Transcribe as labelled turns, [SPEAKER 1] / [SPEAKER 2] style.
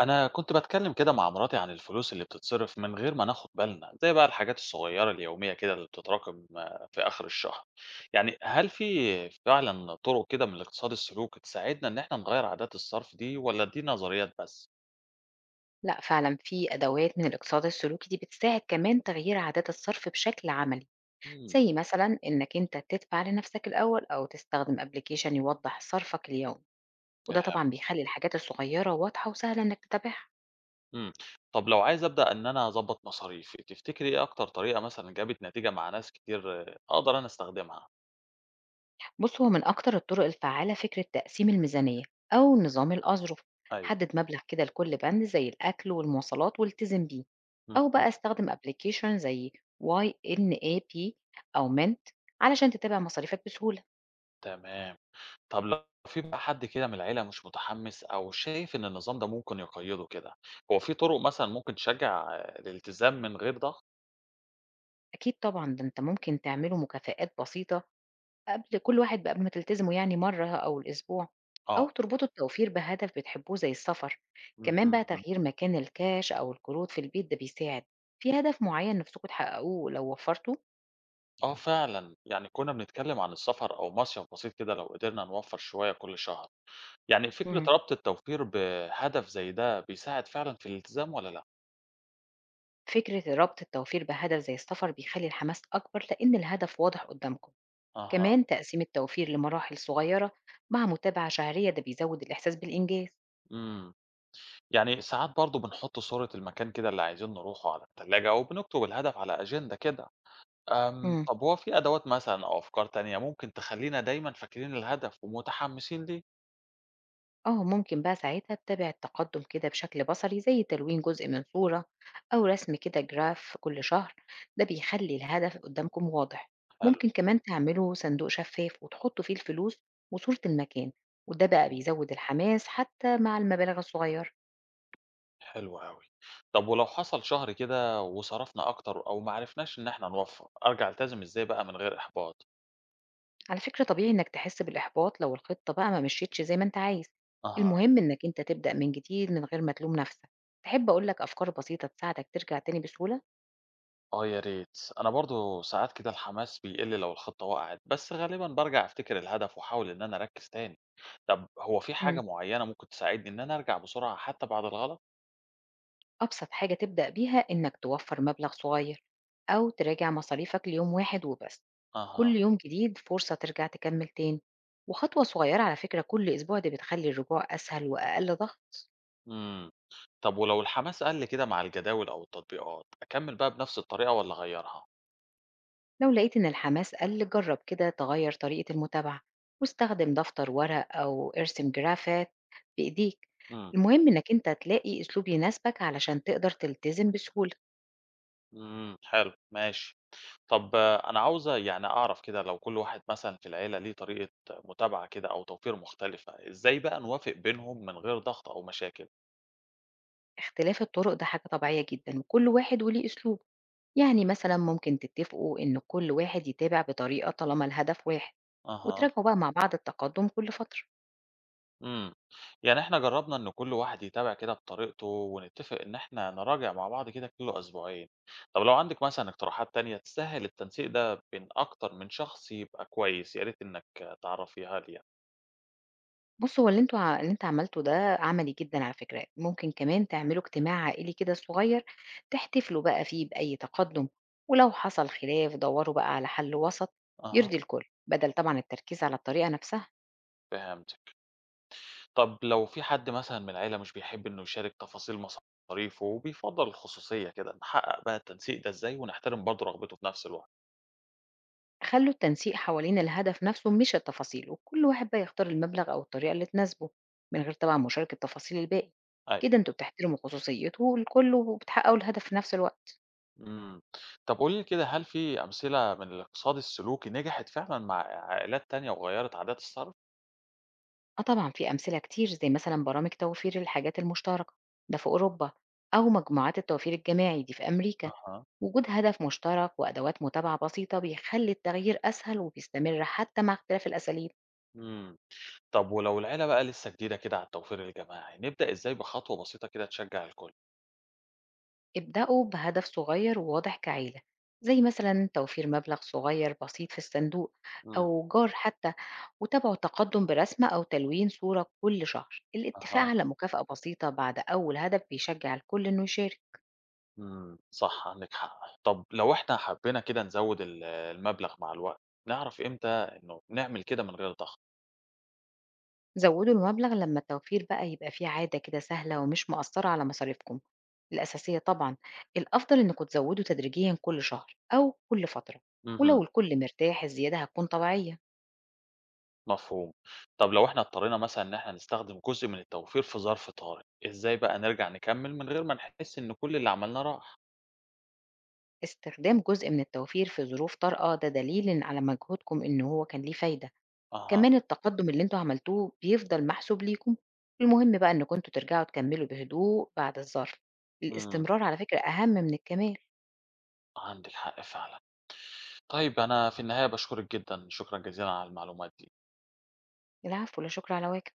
[SPEAKER 1] أنا كنت بتكلم كده مع مراتي عن الفلوس اللي بتتصرف من غير ما ناخد بالنا، زي بقى الحاجات الصغيرة اليومية كده اللي بتتراكم في آخر الشهر. يعني هل في فعلا طرق كده من الاقتصاد السلوكي تساعدنا إن احنا نغير عادات الصرف دي، ولا دي نظريات بس؟
[SPEAKER 2] لأ فعلًا في أدوات من الاقتصاد السلوكي دي بتساعد كمان تغيير عادات الصرف بشكل عملي،
[SPEAKER 1] امم
[SPEAKER 2] زي مثلًا إنك أنت تدفع لنفسك الأول أو تستخدم application يوضح صرفك اليومي، وده
[SPEAKER 1] فاهم.
[SPEAKER 2] طبعًا بيخلي الحاجات الصغيرة واضحة وسهلة إنك تتابعها.
[SPEAKER 1] امم طب لو عايز أبدأ إن أنا أظبط مصاريفي، تفتكري إيه أكتر طريقة مثلا جابت نتيجة مع ناس كتير أقدر أنا أستخدمها؟
[SPEAKER 2] بُص هو من أكتر الطرق الفعّالة فكرة تقسيم الميزانية أو نظام الأظرف،
[SPEAKER 1] أيوه.
[SPEAKER 2] حدد مبلغ كده لكل بند زي الأكل والمواصلات والتزم بيه، أو
[SPEAKER 1] امم.
[SPEAKER 2] بقى استخدم application زي YNAB أو Mint علشان تتابع مصاريفك بسهولة.
[SPEAKER 1] تمام. طب لو في بقى حد كده من العيلة مش متحمس أو شايف إن النظام ده ممكن يقيده كده، هو في طرق مثلًا ممكن تشجع الالتزام من غير ضغط؟
[SPEAKER 2] أكيد طبعًا، ده أنت ممكن تعملوا مكافآت بسيطة قبل كل واحد بقى قبل ما تلتزموا يعني مرّة أو الأسبوع، أو
[SPEAKER 1] آه.
[SPEAKER 2] تربطوا التوفير بهدف بتحبوه زي السفر، كمان بقى
[SPEAKER 1] اهم.
[SPEAKER 2] تغيير مكان الكاش أو القروض في البيت ده بيساعد. في هدف معيّن نفسكم تحققوه لو وفّرتوا؟
[SPEAKER 1] آه فعلًا، يعني كنا بنتكلم عن السفر أو مصيف بسيط كده لو قدرنا نوفّر شوية كل شهر، يعني فكرة
[SPEAKER 2] إمم.
[SPEAKER 1] ربط التوفير بهدف زي ده بيساعد فعلًا في الالتزام والّا لأ؟
[SPEAKER 2] فكرة ربط التوفير بهدف زي السفر بيخلّي الحماس أكبر لإن الهدف واضح قدّامكم،
[SPEAKER 1] أها.
[SPEAKER 2] كمان تقسيم التوفير لمراحل صغيّرة مع متابعة شهرية ده بيزوّد الإحساس بالإنجاز.
[SPEAKER 1] إمم. يعني ساعات برضه بنحط صورة المكان كده اللي عايزين نروحه على التلاجة، أو بنكتب الهدف على أجندة كده.
[SPEAKER 2] إمم.
[SPEAKER 1] طب هو في أدوات مثلًا أو أفكار تانية ممكن تخلّينا دايمًا فاكرين الهدف ومتحمسين ليه؟
[SPEAKER 2] اه ممكن بقى ساعتها تتابع التقدم كده بشكل بصري زي تلوين جزء من صورة أو رسم كده جراف كل شهر، ده بيخلي الهدف قدامكم واضح.
[SPEAKER 1] حلو.
[SPEAKER 2] ممكن كمان تعملوا صندوق شفاف وتحطوا فيه الفلوس وصورة المكان، وده بقى
[SPEAKER 1] إمم،
[SPEAKER 2] بيزود الحماس حتى مع المبالغ الصغيرة.
[SPEAKER 1] حلو أوي. طب ولو حصل شهر كده وصرفنا أكتر أو ما عرفناش إن إحنا نوفّر، أرجع ألتزم إزاي بقى من غير إحباط؟
[SPEAKER 2] على فكرة طبيعي إنك تحس بالإحباط لو الخطة بقى ما مشيتش زي ما أنت عايز.
[SPEAKER 1] أها.
[SPEAKER 2] المهم إنك أنت تبدأ من جديد من غير ما تلوم نفسك. تحب أقولك أفكار بسيطة تساعدك ترجع تاني بسهولة؟
[SPEAKER 1] آه يا ريت. أنا برضه ساعات كده الحماس بيقل لو الخطة وقعت، بس غالبًا بارجع أفتكر الهدف وأحاول إن أنا أركّز تاني. طب هو في حاجة معيّنة ممكن تساعدني إن أنا أرجع بسرعة حتى بعد الغلط؟
[SPEAKER 2] أبسط حاجة تبدأ بيها إنك توفر مبلغ صغير أو تراجع مصاريفك ليوم واحد وبس.
[SPEAKER 1] أها.
[SPEAKER 2] كل يوم جديد فرصة ترجع تكمل تاني، وخطوة صغيرة على فكرة كل أسبوع دي بتخلي الرجوع أسهل وأقل ضغط.
[SPEAKER 1] إمم. طب ولو الحماس قَل كده مع الجداول أو التطبيقات، أكمّل بقى بنفس الطريقة والّا أغيّرها؟
[SPEAKER 2] لو لقيت إن الحماس قل، جرب كده تغير طريقة المتابعة واستخدم دفتر ورق أو ارسم جرافات بإيديك.
[SPEAKER 1] إمم.
[SPEAKER 2] المهم إنك أنت تلاقي أسلوب يناسبك علشان تقدر تلتزم بسهولة.
[SPEAKER 1] إمم، حلو، ماشي. طب أنا عاوز يعني أعرف كده لو كل واحد مثلًا في العيلة ليه طريقة متابعة كده أو توفير مختلفة، إزاي بقى نوافق بينهم من غير ضغط أو مشاكل؟
[SPEAKER 2] اختلاف الطرق ده حاجة طبيعية جدا وكل واحد وليه أسلوب، يعني مثلا ممكن تتفقوا إن كل واحد يتابع بطريقة طالما الهدف واحد،
[SPEAKER 1] أها.
[SPEAKER 2] وتراجعوا بقى مع بعض التقدم كل فترة.
[SPEAKER 1] إمم. يعني إحنا جرّبنا إن كل واحد يتابع كده بطريقته، ونتّفق إن إحنا نراجع مع بعض كده كل أسبوعين. طب لو عندِك مثلًا اقتراحات تانية تسهّل التنسيق ده بين أكتر من شخص يبقى كويس، يا ريت إنّك تعرّفيها لي يعني.
[SPEAKER 2] بص هو اللي انتوا اللي انت عملته ده عملي جدا على فكرة. ممكن كمان تعملوا اجتماع عائلي كده صغير تحتفلوا بقى فيه بأي تقدم، ولو حصل خلاف دوروا بقى على حل وسط
[SPEAKER 1] أها،
[SPEAKER 2] يرضي الكل بدل طبعا التركيز على الطريقة نفسها.
[SPEAKER 1] فهمتِك. طب لو في حد مثلًا من العيلة مش بيحب إنه يشارك تفاصيل مصاريفه وبيفضّل الخصوصية كده، نحقق بقى التنسيق ده إزاي ونحترم برضه رغبته في نفس الوقت؟
[SPEAKER 2] خلوا التنسيق حوالين الهدف نفسه مش التفاصيل، وكل واحد بقى يختار المبلغ أو الطريقة اللي تناسبه من غير طبعا مشاركة تفاصيل الباقي.
[SPEAKER 1] أيوه.
[SPEAKER 2] كده انتوا بتحترموا خصوصيته الكل وبتحققوا الهدف في نفس الوقت.
[SPEAKER 1] إمم. طب قولي لي كده، هل في أمثلة من الاقتصاد السلوكي نجحت فعلًا مع عائلات تانية وغيّرت عادات الصرف؟
[SPEAKER 2] اه طبعا في أمثلة كتير زي مثلا برامج توفير الحاجات المشتركة ده في أوروبا، أو مجموعات التوفير الجماعي دي في أمريكا.
[SPEAKER 1] أها.
[SPEAKER 2] وجود هدف مشترك وأدوات متابعة بسيطة بيخلي التغيير أسهل وبيستمر حتى مع اختلاف الأساليب.
[SPEAKER 1] إمم. طب ولو العيلة بقى لسه جديدة كده على التوفير الجماعي، نبدأ إزاي بخطوة بسيطة كده تشجّع الكل؟
[SPEAKER 2] ابدأوا بهدف صغير وواضح كعيلة، زي مثلا توفير مبلغ صغير بسيط في الصندوق
[SPEAKER 1] إمم.
[SPEAKER 2] أو جار حتى، وتابعوا التقدم برسمة أو تلوين صورة كل شهر. الاتفاق
[SPEAKER 1] أها.
[SPEAKER 2] على مكافأة بسيطة بعد أول هدف بيشجع الكل إنه يشارك.
[SPEAKER 1] إمم. صح، عندِك حق. طب لو إحنا حبينا كده نزوّد المبلغ مع الوقت، نعرف إمتى إنه نعمل كده من غير ضغط؟
[SPEAKER 2] زودوا المبلغ لما التوفير بقى يبقى فيه عادة كده سهلة ومش مؤثرة على مصاريفكم الأساسية طبعا. الأفضل إنكم تزودوا تدريجيا كل شهر أو كل فترة،
[SPEAKER 1] اهم.
[SPEAKER 2] ولو الكل مرتاح الزيادة هتكون طبيعية.
[SPEAKER 1] مفهوم. طب لو إحنا اضطرينا مثلًا إن إحنا نستخدم جزء من التوفير في ظرف طارئ، إزاي بقى نرجع نكمّل من غير ما نحس إن كل اللي عملناه راح؟
[SPEAKER 2] استخدام جزء من التوفير في ظروف طارئة ده دليل على مجهودكم إن هو كان ليه فايدة،
[SPEAKER 1] أها.
[SPEAKER 2] كمان التقدم اللي انتوا عملتوه بيفضل محسوب ليكم، المهم بقى إنكم انتوا ترجعوا تكملوا بهدوء بعد الظرف،
[SPEAKER 1] إمم.
[SPEAKER 2] الاستمرار على فكرة أهم من الكمال.
[SPEAKER 1] عندِك حق فعلًا. طيب أنا في النهاية باشكرِك جدًا، شكرًا جزيلًا على المعلومات دي.
[SPEAKER 2] العفو، لا شكر على واجب.